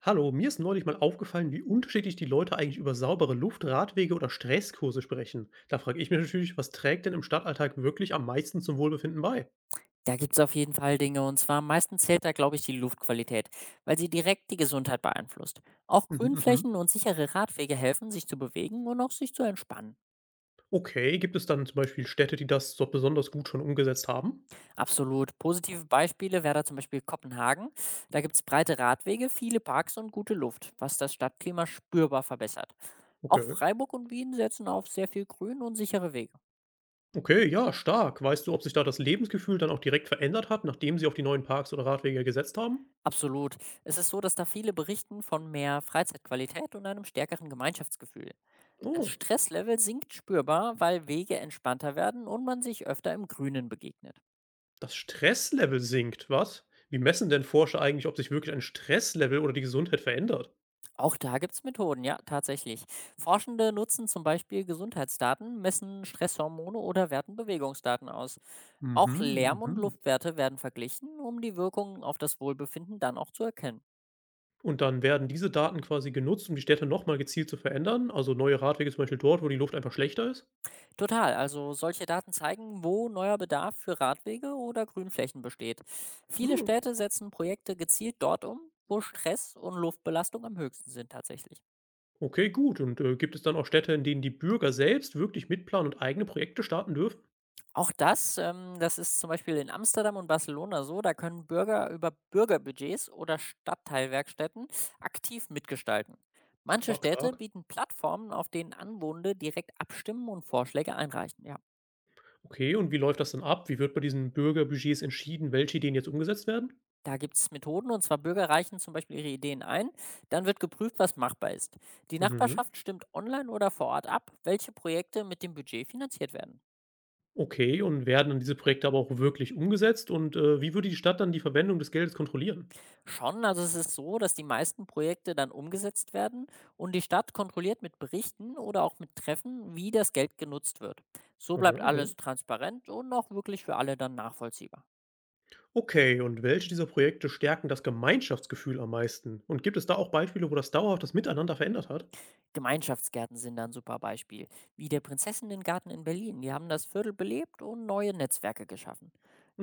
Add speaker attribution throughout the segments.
Speaker 1: Hallo, mir ist neulich mal aufgefallen, wie unterschiedlich die Leute eigentlich über saubere Luft, Radwege oder Stresskurse sprechen. Da frage ich mich natürlich, was trägt denn im Stadtalltag wirklich am meisten zum Wohlbefinden bei?
Speaker 2: Da gibt's auf jeden Fall Dinge, und zwar am meisten zählt da, glaube ich, die Luftqualität, weil sie direkt die Gesundheit beeinflusst. Auch
Speaker 1: Mhm, mhm.
Speaker 2: Grünflächen und sichere Radwege helfen, sich zu bewegen und auch sich zu entspannen.
Speaker 1: Okay, gibt es dann zum Beispiel Städte, die das so besonders gut schon umgesetzt haben?
Speaker 2: Absolut. Positive Beispiele wäre da zum Beispiel Kopenhagen. Da gibt's breite Radwege, viele Parks und gute Luft, was das Stadtklima spürbar verbessert. Auch
Speaker 1: Okay.
Speaker 2: Freiburg und Wien setzen auf sehr viel Grün und sichere Wege.
Speaker 1: Okay, ja, stark. Weißt du, ob sich da das Lebensgefühl dann auch direkt verändert hat, nachdem sie auf die neuen Parks oder Radwege gesetzt haben?
Speaker 2: Absolut. Es ist so, dass da viele berichten von mehr Freizeitqualität und einem stärkeren Gemeinschaftsgefühl. Das
Speaker 1: Oh,
Speaker 2: Stresslevel sinkt spürbar, weil Wege entspannter werden und man sich öfter im Grünen begegnet.
Speaker 1: das Stresslevel sinkt, was? Wie messen denn Forscher eigentlich, ob sich wirklich ein Stresslevel oder die Gesundheit verändert?
Speaker 2: Auch da gibt es Methoden, ja, tatsächlich. Forschende nutzen zum Beispiel Gesundheitsdaten, messen Stresshormone oder werten Bewegungsdaten aus. Auch
Speaker 1: Mhm,
Speaker 2: Lärm- und
Speaker 1: mhm.
Speaker 2: Luftwerte werden verglichen, um die Wirkungen auf das Wohlbefinden dann auch zu erkennen.
Speaker 1: Und dann werden diese Daten quasi genutzt, um die Städte nochmal gezielt zu verändern, also neue Radwege zum Beispiel dort, wo die Luft einfach schlechter ist?
Speaker 2: Total, also solche Daten zeigen, wo neuer Bedarf für Radwege oder Grünflächen besteht. Viele
Speaker 1: Hm,
Speaker 2: Städte setzen Projekte gezielt dort um, wo Stress und Luftbelastung am höchsten sind tatsächlich.
Speaker 1: okay, gut. Und gibt es dann auch Städte, in denen die Bürger selbst wirklich mitplanen und eigene Projekte starten dürfen?
Speaker 2: Auch das ist zum Beispiel in Amsterdam und Barcelona so, da können Bürger über Bürgerbudgets oder Stadtteilwerkstätten aktiv mitgestalten. Manche
Speaker 1: Stark,
Speaker 2: Städte
Speaker 1: stark.
Speaker 2: bieten Plattformen, auf denen Anwohnende direkt abstimmen und Vorschläge einreichen. Ja,
Speaker 1: Okay, und wie läuft das dann ab? Wie wird bei diesen Bürgerbudgets entschieden, welche Ideen jetzt umgesetzt werden?
Speaker 2: da gibt es Methoden, und zwar Bürger reichen zum Beispiel ihre Ideen ein, dann wird geprüft, was machbar ist. Die
Speaker 1: Mhm.
Speaker 2: Nachbarschaft stimmt online oder vor Ort ab, welche Projekte mit dem Budget finanziert werden.
Speaker 1: Okay, und werden dann diese Projekte aber auch wirklich umgesetzt? Und wie würde die Stadt dann die Verwendung des Geldes kontrollieren?
Speaker 2: Schon, also es ist so, dass die meisten Projekte dann umgesetzt werden und die Stadt kontrolliert mit Berichten oder auch mit Treffen, wie das Geld genutzt wird. So
Speaker 1: Mhm,
Speaker 2: bleibt alles
Speaker 1: mhm.
Speaker 2: transparent und auch wirklich für alle dann nachvollziehbar.
Speaker 1: Okay, und welche dieser Projekte stärken das Gemeinschaftsgefühl am meisten? Und gibt es da auch Beispiele, wo das dauerhaft das Miteinander verändert hat?
Speaker 2: Gemeinschaftsgärten sind da ein super Beispiel, wie der Prinzessinnengarten in Berlin. Die haben das Viertel belebt und neue Netzwerke geschaffen.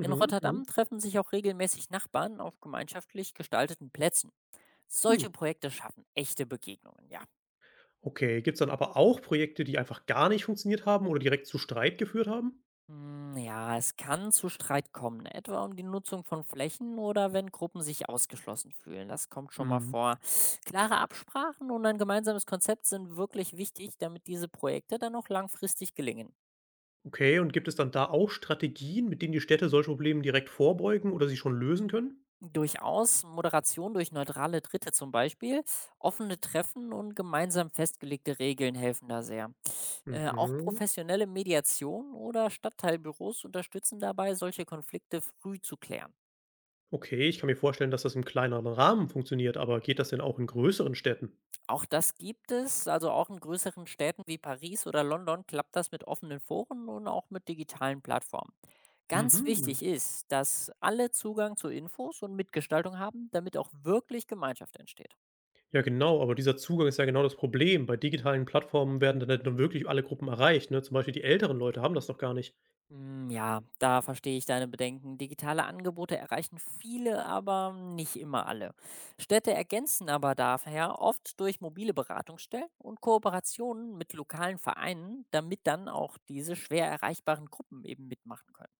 Speaker 2: In
Speaker 1: mhm,
Speaker 2: Rotterdam treffen sich auch regelmäßig Nachbarn auf gemeinschaftlich gestalteten Plätzen.
Speaker 1: cool.
Speaker 2: Solche Projekte schaffen echte Begegnungen, ja.
Speaker 1: Okay, gibt es dann aber auch Projekte, die einfach gar nicht funktioniert haben oder direkt zu Streit geführt haben?
Speaker 2: Hm, ja, es kann zu Streit kommen, ne? Etwa um die Nutzung von Flächen oder wenn Gruppen sich ausgeschlossen fühlen. Das kommt schon mal
Speaker 1: Mhm.
Speaker 2: vor. Klare Absprachen und ein gemeinsames Konzept sind wirklich wichtig, damit diese Projekte dann auch langfristig gelingen.
Speaker 1: Okay, und gibt es dann da auch Strategien, mit denen die Städte solche Probleme direkt vorbeugen oder sie schon lösen können?
Speaker 2: Durchaus Moderation durch neutrale Dritte zum Beispiel, offene Treffen und gemeinsam festgelegte Regeln helfen da sehr. Auch
Speaker 1: Mhm.
Speaker 2: professionelle Mediation oder Stadtteilbüros unterstützen dabei, solche Konflikte früh zu klären.
Speaker 1: Okay, ich kann mir vorstellen, dass das im kleineren Rahmen funktioniert, aber geht das denn auch in größeren Städten?
Speaker 2: Auch das gibt es. Also auch in größeren Städten wie Paris oder London klappt das mit offenen Foren und auch mit digitalen Plattformen. Ganz
Speaker 1: Mhm.
Speaker 2: wichtig ist, dass alle Zugang zu Infos und Mitgestaltung haben, damit auch wirklich Gemeinschaft entsteht.
Speaker 1: Ja, genau, aber dieser Zugang ist ja genau das Problem. Bei digitalen Plattformen werden dann halt dann wirklich alle Gruppen erreicht, ne? Zum Beispiel die älteren Leute haben das doch gar nicht.
Speaker 2: Mm, ja, da verstehe ich deine Bedenken. Digitale Angebote erreichen viele, aber nicht immer alle. Städte ergänzen aber daher oft durch mobile Beratungsstellen und Kooperationen mit lokalen Vereinen, damit dann auch diese schwer erreichbaren Gruppen eben mitmachen können.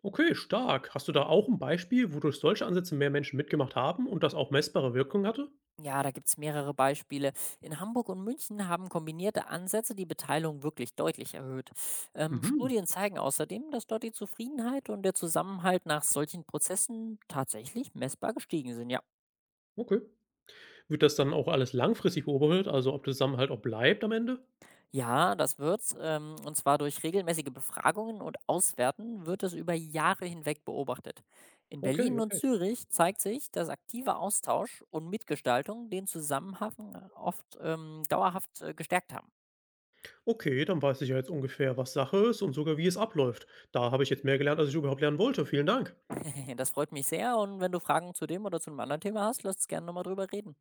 Speaker 1: Okay, stark. Hast du da auch ein Beispiel, wo durch solche Ansätze mehr Menschen mitgemacht haben und das auch messbare Wirkung hatte?
Speaker 2: Ja, da gibt's mehrere Beispiele. In Hamburg und München haben kombinierte Ansätze die Beteiligung wirklich deutlich erhöht.
Speaker 1: Mhm,
Speaker 2: Studien zeigen außerdem, dass dort die Zufriedenheit und der Zusammenhalt nach solchen Prozessen tatsächlich messbar gestiegen sind. Ja,
Speaker 1: okay. Wird das dann auch alles langfristig beobachtet, also ob der Zusammenhalt auch bleibt am Ende?
Speaker 2: ja, das wird's. Und zwar durch regelmäßige Befragungen und Auswerten wird es über Jahre hinweg beobachtet. In
Speaker 1: Okay,
Speaker 2: Berlin und
Speaker 1: okay.
Speaker 2: Zürich zeigt sich, dass aktiver Austausch und Mitgestaltung den Zusammenhang oft dauerhaft gestärkt haben.
Speaker 1: Okay, dann weiß ich ja jetzt ungefähr, was Sache ist und sogar, wie es abläuft. Da habe ich jetzt mehr gelernt, als ich überhaupt lernen wollte. Vielen Dank.
Speaker 2: Das freut mich sehr, und wenn du Fragen zu dem oder zu einem anderen Thema hast, lass uns gerne noch mal drüber reden.